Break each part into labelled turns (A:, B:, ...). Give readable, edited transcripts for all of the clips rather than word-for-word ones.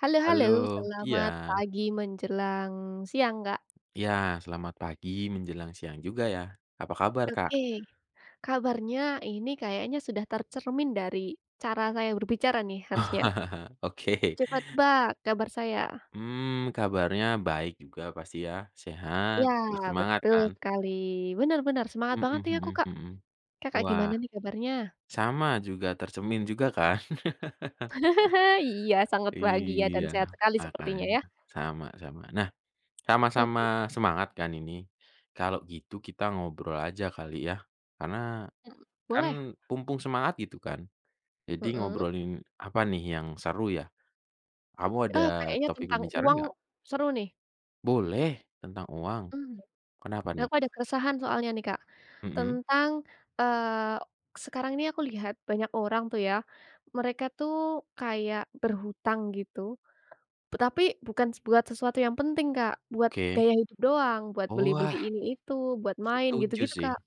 A: Halo halo,
B: Halo, iya,
A: selamat pagi menjelang siang, Kak.
B: iya selamat pagi menjelang siang juga ya. Apa kabar, Kak?
A: Oke, kabarnya ini kayaknya sudah tercermin dari cara saya berbicara nih harusnya.
B: Oke.
A: Coba tebak kabar saya.
B: Kabarnya baik juga pasti ya, sehat,
A: Ya,
B: terus semangat
A: betul
B: kan?
A: sekali. Benar-benar semangat
B: Mhm
A: banget nih aku,
B: mhm
A: Kak.
B: mhm.
A: Kakak gimana
B: Wah,
A: nih kabarnya?
B: sama juga tercemin juga kan?
A: Iya, sangat bahagia dan
B: Iya,
A: sehat sekali sepertinya
B: makanya,
A: ya.
B: sama sama. Nah, sama-sama
A: Oke,
B: semangat kan ini? Kalau gitu kita ngobrol aja kali ya, karena
A: mhm,
B: kan
A: boleh?
B: mumpung semangat gitu kan. Jadi
A: Mhm.
B: ngobrolin apa nih yang seru ya? Kamu ada
A: Oh, kayaknya
B: topik
A: tentang
B: pembicaraan
A: uang
B: nggak?
A: seru nih.
B: Boleh, tentang uang.
A: Mmm.
B: Kenapa nih?
A: Aku ada keresahan soalnya nih Kak,
B: Mhm,
A: tentang, eee, sekarang ini aku lihat banyak orang tuh ya, mereka tuh kayak berhutang gitu, tapi bukan buat sesuatu yang penting Kak, buat
B: oke.
A: gaya hidup doang, buat beli-beli
B: Wah,
A: ini itu, buat main
B: setuju
A: gitu-gitu
B: sih.
A: Kak,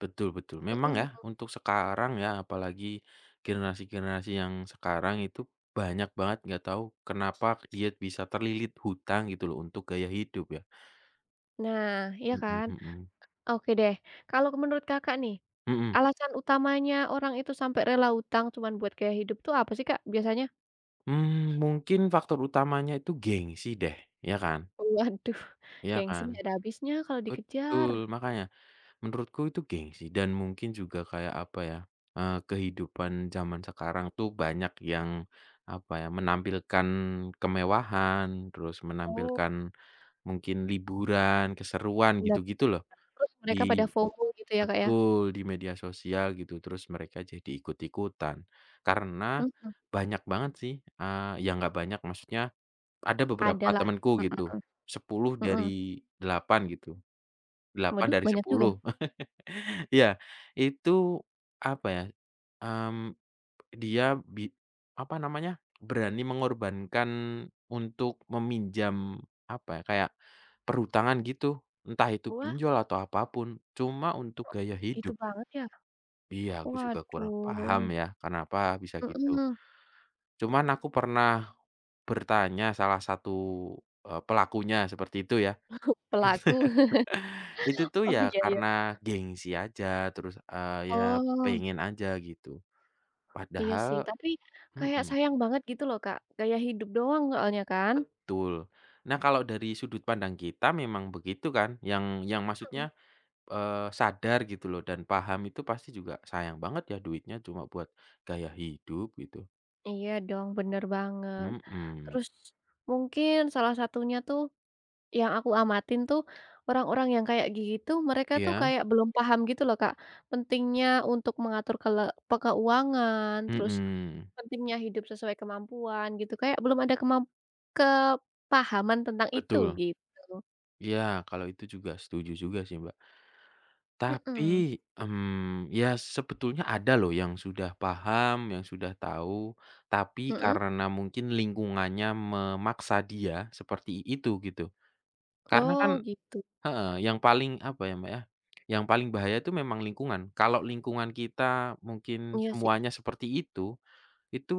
B: Betul betul. Memang ya,
A: mhm.
B: untuk sekarang ya, apalagi generasi-generasi yang sekarang itu banyak banget nggak tahu kenapa dia bisa terlilit hutang gitu loh untuk gaya hidup ya.
A: Nah, iya
B: Mhm
A: kan?
B: mhm.
A: Oke deh, kalau menurut Kakak nih,
B: Mhm.
A: alasan utamanya orang itu sampai rela hutang cuman buat gaya hidup tuh apa sih Kak biasanya?
B: Mungkin faktor utamanya itu gengsi deh, ya kan?
A: Waduh,
B: Ya
A: gengsi
B: kan?
A: nggak ada habisnya kalau dikejar.
B: Betul, makanya. Menurutku itu gengsi dan mungkin juga kayak apa ya, kehidupan zaman sekarang tuh banyak yang apa ya, menampilkan kemewahan, terus
A: Oh.
B: menampilkan mungkin liburan, keseruan
A: Bener,
B: gitu-gitu loh
A: terus mereka pada
B: di
A: FOMO gitu ya, Kak, ya?
B: betul, di media sosial gitu, terus mereka jadi ikut-ikutan. Karena
A: Mhm,
B: banyak banget sih, ya nggak banyak maksudnya ada
A: ada
B: beberapa
A: lah,
B: temanku gitu,
A: mhm
B: 10 dari
A: mhm.
B: 8 gitu, 8
A: Waduh
B: dari
A: banyak juga?
B: 10. Iya, itu apa ya, mmm, dia bi apa namanya, berani mengorbankan untuk meminjam apa ya, kayak perhutangan gitu, entah itu
A: Wah,
B: pinjol atau apa pun, cuma untuk gaya
A: gitu
B: hidup.
A: banget ya?
B: Iya, aku juga kurang
A: Waduh,
B: paham ya, kenapa bisa gitu.
A: mhm,
B: Cuman aku pernah bertanya salah satu, pelakunya seperti itu ya.
A: pelaku.
B: Itu tuh
A: Oh,
B: ya
A: iya iya.
B: karena gengsi aja, terus, ya
A: Oh,
B: pengen aja gitu.
A: iya
B: Padahal
A: sih, tapi kayak
B: mhm,
A: sayang banget gitu loh, Kak, gaya hidup doang soalnya kan?
B: betul. Nah, kalau dari sudut pandang kita memang begitu kan, yang
A: Mhm,
B: maksudnya, sadar gitu loh dan paham itu pasti juga sayang banget ya duitnya cuma buat gaya hidup gitu.
A: iya dong, bener banget.
B: Mhm,
A: Terus mungkin salah satunya tuh yang aku amatin tuh, orang-orang yang kayak gitu, mereka tuh
B: iya,
A: kayak belum paham gitu loh, Kak, pentingnya untuk mengatur kele pe keuangan, terus
B: mhm,
A: pentingnya hidup sesuai kemampuan gitu, kayak belum ada kepahaman tentang itu
B: betul.
A: gitu.
B: Iya, kalau itu juga setuju juga sih, Mbak.
A: Mhm,
B: Tapi, ya sebetulnya ada loh yang sudah paham, yang sudah tahu, tapi
A: mhm,
B: karena mungkin lingkungannya memaksa dia seperti itu gitu. Karena
A: oh
B: kan
A: gitu,
B: heeh, yang paling apa ya, Mbak, ya, yang paling bahaya itu memang lingkungan. Kalau lingkungan kita mungkin
A: iya sih,
B: semuanya seperti itu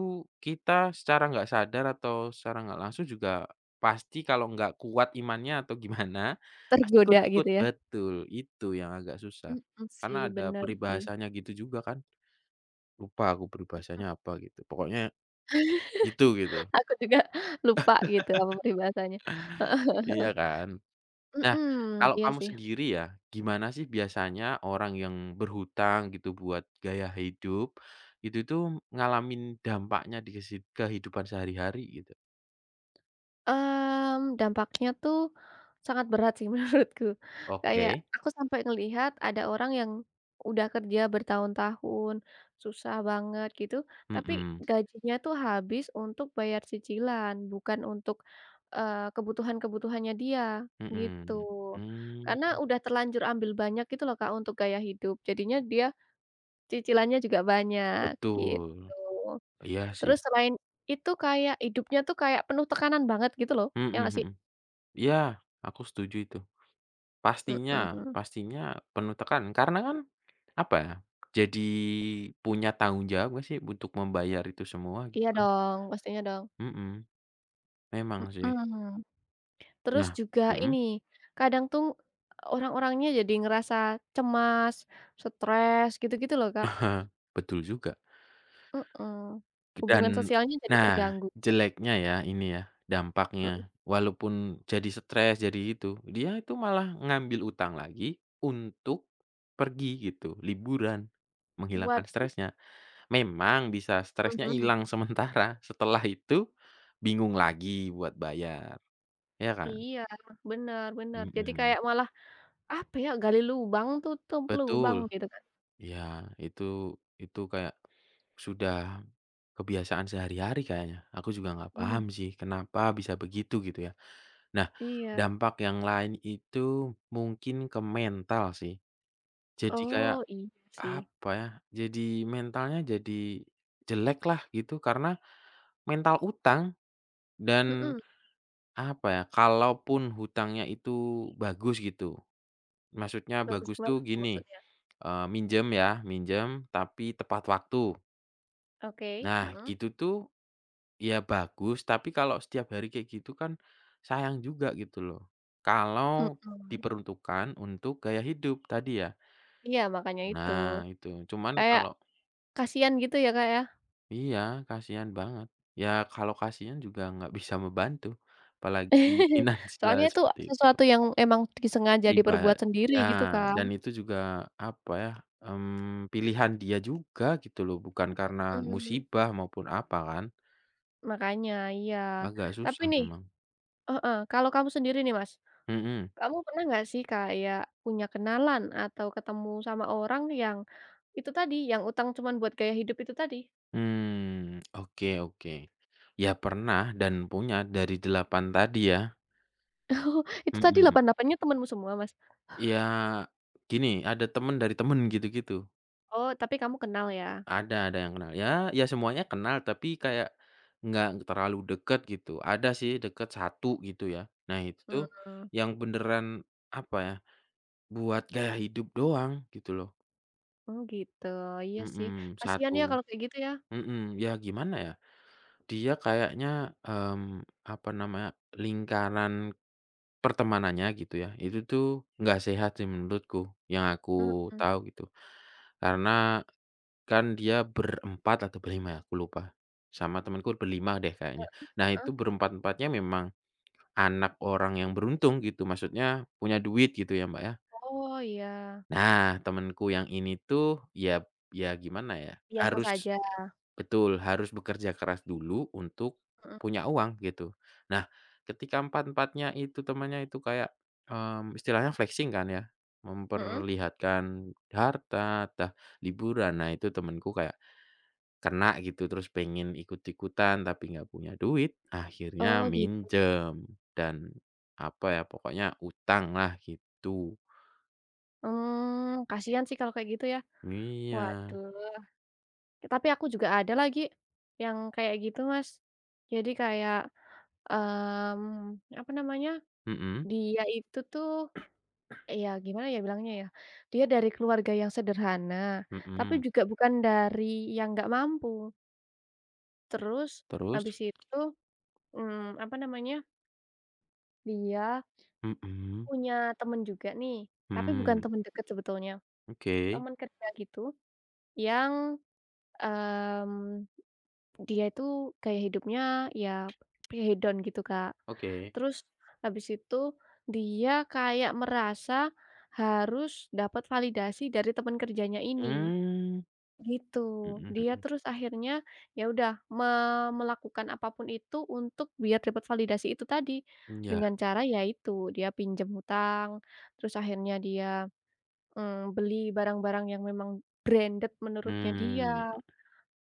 B: kita secara nggak sadar atau secara nggak langsung juga pasti kalau nggak kuat imannya atau gimana, pasti
A: tergoda
B: ikut-ikut.
A: gitu ya,
B: Betul, itu yang agak susah.
A: mhm,
B: Karena
A: sih,
B: ada
A: bener sih,
B: peribahasanya gitu juga kan. Lupa aku peribahasanya apa gitu, pokoknya gitu gitu.
A: aku juga lupa gitu apa peribahasanya, heeh heeh
B: Iya
A: heeh,
B: kan? Nah,
A: mhm,
B: kalau
A: iya
B: kamu
A: sih.
B: sendiri ya, gimana sih biasanya orang yang berhutang gitu buat gaya hidup, itu tuh ngalamin dampaknya di kehidupan sehari-hari gitu?
A: Dampaknya tuh sangat berat sih menurutku.
B: Oke,
A: Kayak aku sampai ngelihat ada orang yang udah kerja bertahun-tahun, susah banget gitu, tapi
B: mhm
A: gajinya tuh habis untuk bayar cicilan, bukan untuk, kebutuhan-kebutuhannya dia, gitu.
B: mhm,
A: Karena
B: mmm,
A: udah terlanjur ambil banyak gitu loh Kak untuk gaya hidup, jadinya dia cicilannya juga banyak, gitu.
B: betul, iya sih,
A: Terus selain itu kayak hidupnya tuh kayak penuh tekanan banget gitu loh,
B: mhm
A: ya nggak
B: mhm,
A: sih?
B: iya, aku setuju itu. Pastinya
A: Mhm,
B: pastinya penuh tekan karena kan apa ya, jadi punya tanggung jawab nggak sih untuk membayar itu semua gitu
A: iya
B: kan?
A: dong, pastinya dong,
B: Mhm, memang sih.
A: mhm. Terus
B: Nah
A: juga
B: mhm?
A: ini, kadang tuh orang-orangnya jadi ngerasa cemas, stres, gitu-gitu loh, Kak,
B: Aha, betul juga.
A: mhm. Hubungan
B: Dan
A: sosialnya jadi
B: nah,
A: terganggu,
B: jeleknya ya ini ya,
A: mhm.
B: dampaknya walaupun jadi stres, jadi itu, dia itu malah ngambil utang lagi untuk pergi gitu, liburan, menghilangkan
A: Waduh,
B: stresnya. Memang bisa stresnya
A: mhm,
B: hilang sementara, setelah itu bingung lagi buat bayar, ya kan?
A: iya, bener bener, jadi
B: Mhm,
A: kayak malah, apa ya, gali lubang tutup
B: betul.
A: lubang gitu kan,
B: Iya, itu itu kayak sudah kebiasaan sehari-hari kayaknya. Aku juga nggak
A: mhm,
B: paham sih kenapa bisa begitu gitu ya. Nah,
A: iya,
B: dampak yang lain itu mungkin ke mental sih. Jadi kayak
A: oh, iya sih,
B: apa ya, jadi mentalnya jadi jelek lah gitu karena mental utang dan
A: mhm,
B: apa ya, kalaupun hutangnya itu bagus gitu, maksudnya
A: bagus
B: bagus
A: banget
B: tuh
A: tuh
B: gini,
A: maksudnya,
B: minjem ya, minjem tapi tepat waktu.
A: oke,
B: Nah
A: mhm.
B: gitu tuh. Iya bagus, tapi kalau setiap hari kayak gitu kan sayang juga gitu loh. Kalau
A: mhm.
B: diperuntukkan untuk gaya hidup tadi ya.
A: iya makanya itu,
B: Nah itu, cuman
A: kayak
B: kalau
A: kasihan gitu ya, Kak, ya?
B: iya kasihan banget. Ya kalau kasihan juga nggak bisa membantu, apalagi finansial
A: Soalnya itu
B: seperti itu.
A: sesuatu yang emang disengaja
B: Riba
A: diperbuat sendiri gitu
B: ya
A: kan,
B: dan itu juga apa ya, pilihan dia juga gitu loh, bukan karena
A: mhm,
B: musibah maupun apa kan,
A: makanya, iya.
B: agak
A: Tapi
B: susah
A: nih
B: memang.
A: heeh, kalau kamu sendiri nih, Mas,
B: Mhm.
A: kamu pernah nggak sih kayak punya kenalan atau ketemu sama orang yang itu tadi, yang utang cuman buat gaya hidup itu tadi?
B: Oke oke. Ya pernah dan punya dari 8 tadi ya,
A: Oh, itu tadi
B: mhm.
A: 88-nya temanmu semua, Mas?
B: Ya gini, ada temen dari temen gitu-gitu.
A: Oh, tapi kamu kenal ya?
B: Ada yang kenal, ya ya semuanya kenal tapi kayak nggak terlalu deket gitu. Ada sih deket satu gitu ya. Nah itu tuh
A: Mhm,
B: yang beneran apa ya, buat gaya hidup doang gitu loh,
A: oh gitu, iya sih,
B: mhm,
A: kasihan ya
B: satu
A: kalau kayak gitu ya?
B: mhm. Ya gimana ya, dia kayaknya, mmm, apa namanya, lingkaran pertemanannya gitu ya, itu tuh nggak sehat sih menurutku, yang aku
A: Mhm,
B: tahu gitu. Karena kan dia berempat atau berlima ya, aku lupa, sama temanku berlima deh kayaknya. Nah itu
A: heeh?
B: berempat-empatnya memang anak orang yang beruntung gitu, maksudnya punya duit gitu ya, Mbak, ya.
A: Oh, iya.
B: Nah temanku yang ini tuh ya ya gimana ya,
A: Biasa
B: harus.
A: saja,
B: Betul, harus bekerja keras dulu untuk
A: mhm
B: punya uang gitu. Nah, ketika empat-empatnya itu temannya itu kayak, istilahnya flexing kan ya,
A: mhm.
B: memperlihatkan harta, liburan. Nah, itu temanku kayak kena gitu, terus pengen ikut-ikutan tapi nggak punya duit, akhirnya
A: Oh, gitu.
B: minjem dan apa ya, pokoknya utang lah gitu.
A: Kasihan sih kalau kayak gitu ya.
B: Iya,
A: Waduh, tapi aku juga ada lagi yang kayak gitu, Mas. Jadi kayak, apa namanya,
B: mhm
A: dia itu tuh, ya gimana ya bilangnya ya, dia dari keluarga yang sederhana, tapi
B: mhm.
A: juga bukan dari yang nggak mampu. Terus
B: Terus?
A: habis itu, apa namanya, dia
B: Mhm
A: punya temen juga nih, tapi bukan
B: mhm.
A: temen deket sebetulnya,
B: Oke
A: temen kerja gitu. Yang, mmm, dia itu gaya hidupnya ya pre-hedon gitu, Kak.
B: oke.
A: Terus habis itu dia kayak merasa harus dapat validasi dari teman kerjanya ini,
B: Mmm,
A: gitu. Dia
B: mhm
A: terus akhirnya ya udah me melakukan apapun itu untuk biar dapat validasi itu tadi,
B: mhm, iya,
A: dengan cara yaitu dia pinjam hutang, terus akhirnya dia, beli barang-barang yang memang branded menurutnya dia.
B: mmm,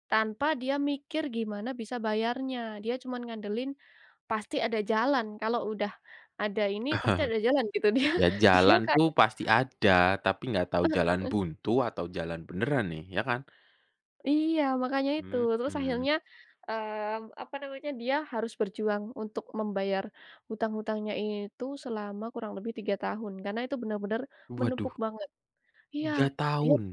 A: Tanpa dia mikir gimana bisa bayarnya, dia cuman ngandelin pasti ada jalan, kalau udah ada ini pasti ada jalan gitu. Dia
B: ya
A: dia
B: jalan
A: kayak
B: tuh pasti ada, tapi nggak tahu jalan
A: heeh,
B: buntu atau jalan beneran nih, ya kan?
A: iya makanya itu. Terus
B: Mhm,
A: akhirnya, apa namanya, dia harus berjuang untuk membayar hutang-hutangnya itu selama kurang lebih 3 tahun, karena itu benar-benar
B: waduh
A: menumpuk banget. Iya,
B: 3
A: dia
B: tahun,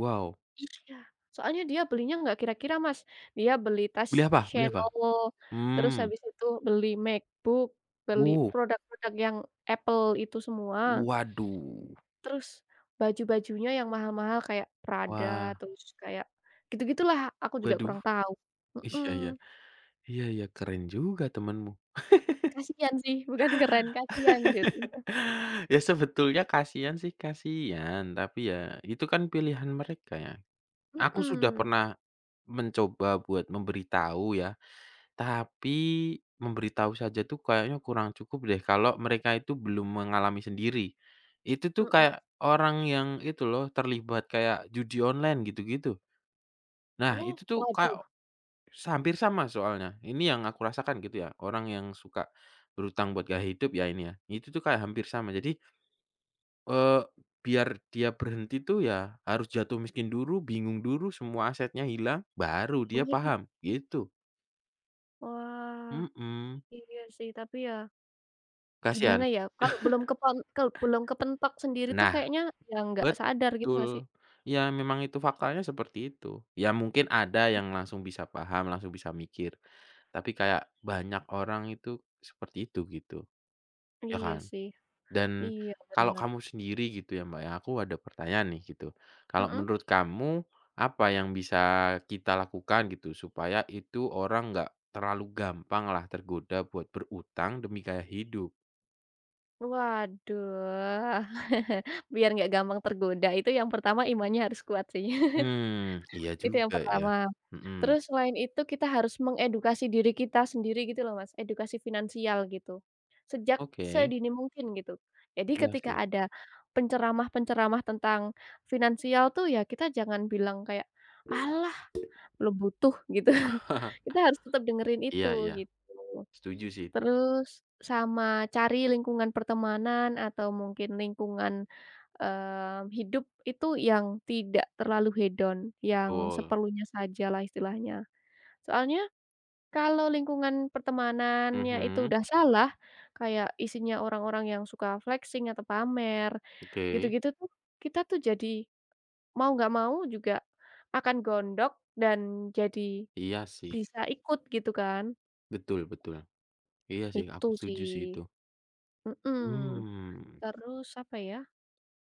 B: wow,
A: Iya, soalnya dia belinya nggak kira-kira, Mas. Dia beli tas
B: beli apa beli apa?
A: Chanel, terus
B: Mmm,
A: habis itu beli MacBook, beli
B: uh,
A: produk-produk yang Apple itu semua,
B: waduh,
A: terus baju-bajunya yang mahal-mahal kayak Prada,
B: wah,
A: terus kayak gitu-gitulah, aku juga
B: waduh,
A: kurang tahu.
B: iya iya,
A: Mhm,
B: iya iya, keren juga temenmu.
A: kasihan sih, bukan keren, kasihan jatuhnya.
B: Ya sebetulnya kasihan sih, kasihan, tapi ya itu kan pilihan mereka ya. Aku sudah
A: Mhm,
B: pernah mencoba buat memberitahu ya. Tapi, memberitahu saja tuh kayaknya kurang cukup deh kalau mereka itu belum mengalami sendiri. Itu tuh
A: mhm.
B: kayak orang yang itu loh terlibat kayak judi online gitu-gitu. Nah
A: Oh,
B: itu tuh
A: waduh
B: kayak hampir sama soalnya, ini yang aku rasakan gitu ya, orang yang suka berutang buat gaya hidup ya ini ya, itu tuh kayak hampir sama. Jadi, eee, biar dia berhenti tuh ya harus jatuh miskin dulu, bingung dulu, semua asetnya hilang, baru dia
A: waduh,
B: paham, gitu.
A: wah,
B: Mhm,
A: iya sih, tapi ya gimana
B: kasihan.
A: ya, kalau belum kalau belum kepentok sendiri tuh
B: Nah.
A: kayaknya ya nggak sadar gitu nggak sih?
B: Betul. Ya memang itu faktanya seperti itu. Ya mungkin ada
A: Mmm,
B: yang langsung bisa paham, langsung bisa mikir, tapi kayak banyak orang itu seperti itu gitu, ya
A: iya
B: kan?
A: sih,
B: Dan
A: iya
B: kalau
A: bener,
B: kamu sendiri gitu ya, Mbak, ya, aku ada pertanyaan nih gitu. Kalau
A: mhm.
B: menurut kamu apa yang bisa kita lakukan gitu supaya itu orang nggak terlalu gampang lah tergoda buat berutang demi gaya hidup?
A: Waduh, biar nggak gampang tergoda itu yang pertama imannya harus kuat sih,
B: Hmm iya
A: itu yang
B: juga ya.
A: pertama.
B: Mhm.
A: Terus selain itu kita harus mengedukasi diri kita sendiri gitu loh Mas, edukasi finansial gitu, sejak
B: Oke,
A: sedini mungkin gitu. Jadi
B: iya
A: ketika
B: sih.
A: ada penceramah-penceramah tentang finansial tuh ya kita jangan bilang kayak, "Alah lo butuh gitu. Kita harus tetap dengerin
B: Iya
A: itu
B: iya,
A: gitu.
B: setuju sih itu,
A: Terus sama cari lingkungan pertemanan atau mungkin lingkungan, hidup itu yang tidak terlalu hedon, yang
B: betul,
A: seperlunya saja lah istilahnya. Soalnya kalau lingkungan pertemanannya itu
B: mhm,
A: udah salah, kayak isinya orang-orang yang suka flexing atau pamer,
B: oke,
A: gitu-gitu tuh kita tuh jadi mau nggak mau juga akan gondok dan jadi
B: iya sih,
A: bisa ikut gitu kan,
B: betul betul, iya sih
A: itu
B: aku
A: sih,
B: setuju sih itu,
A: mhm.
B: mmm,
A: Terus apa ya,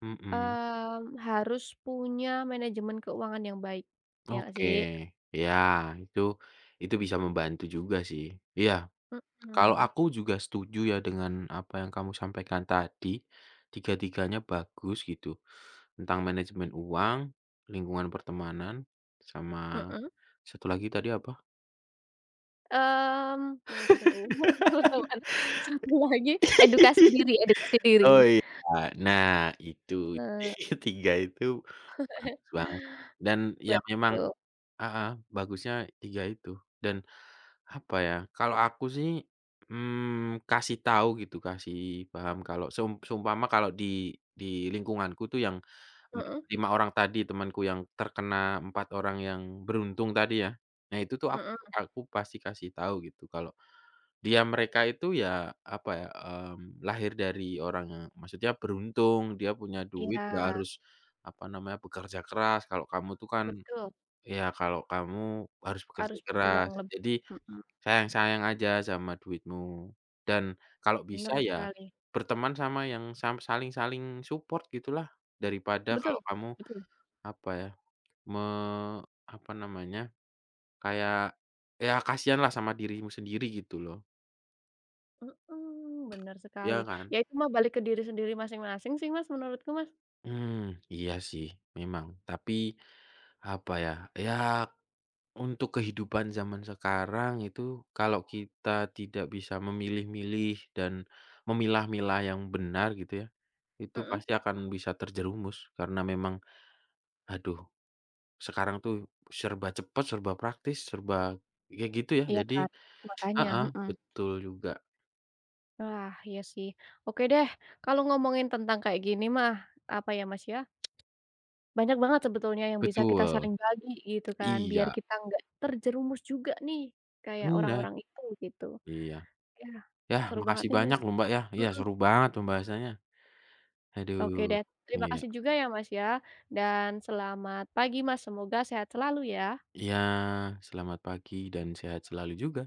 B: mhm,
A: harus punya manajemen keuangan yang baik, ya nggak
B: oke,
A: sih?
B: ya itu itu bisa membantu juga sih, iya, kalau
A: Mhm,
B: aku juga setuju ya dengan apa yang kamu sampaikan tadi, tiga-tiganya bagus gitu, tentang manajemen uang, lingkungan pertemanan, sama
A: mhm,
B: satu lagi tadi
A: mmm, manajemen umur, satu lagi
B: apa?
A: edukasi diri.
B: Oh iya, nah itu
A: Nah,
B: 3 itu bagus banget dan ya memang
A: betul,
B: heeh, bagusnya 3 itu dan apa ya, kalau aku sih, kasih tahu gitu, kasih paham kalau seumpama kalau di lingkunganku tuh yang m
A: mhm,
B: 5 orang tadi temanku yang terkena 4 orang yang beruntung tadi ya, nah itu tuh aku
A: mhm,
B: aku pasti kasih tahu gitu kalau dia mereka itu ya, apa ya, lahir dari orang yang maksudnya beruntung, dia punya duit, nggak
A: iya,
B: harus, apa namanya, bekerja keras. Kalau kamu tuh kan
A: betul,
B: ya kalau kamu harus bekerja
A: harus berjuang
B: keras.
A: lebih,
B: Jadi
A: mhm,
B: sayang-sayang aja sama duitmu. Dan kalau bisa
A: bener
B: ya
A: sekali,
B: berteman sama yang saling-saling support gitulah, daripada
A: betul
B: kalau kamu,
A: betul.
B: apa ya, me apa namanya, kayak ya kasihanlah sama dirimu sendiri gitu loh,
A: Mhm, bener
B: iya
A: sekali.
B: kan?
A: Ya itu mah balik ke diri sendiri masing-masing sih Mas, menurutku Mas,
B: Hmm, iya sih memang, tapi apa ya, ya untuk kehidupan zaman sekarang itu kalau kita tidak bisa memilih-milih dan memilah-milah yang benar gitu ya, itu
A: mhm.
B: pasti akan bisa terjerumus karena memang aduh sekarang tuh serba cepat, serba praktis, serba kayak gitu ya
A: Iya
B: jadi
A: kan, makanya,
B: heeh,
A: mhm.
B: betul juga,
A: Wah, iya sih. Oke deh, kalau ngomongin tentang kayak gini mah, apa ya Mas, ya, banyak banget sebetulnya yang bisa kita
B: betul,
A: saling bagi gitu kan, biar
B: iya
A: kita nggak terjerumus juga nih, kayak
B: benar,
A: orang-orang itu gitu.
B: iya.
A: Ya,
B: Ya,
A: seru banget
B: makasih
A: nih
B: banyak
A: Mas,
B: loh Mbak ya, iya
A: mhm.
B: seru banget pembahasannya,
A: Oke
B: aduh,
A: deh, terima
B: iya.
A: kasih juga ya Mas, ya, dan selamat pagi Mas, semoga sehat selalu ya.
B: Iya, selamat pagi dan sehat selalu juga.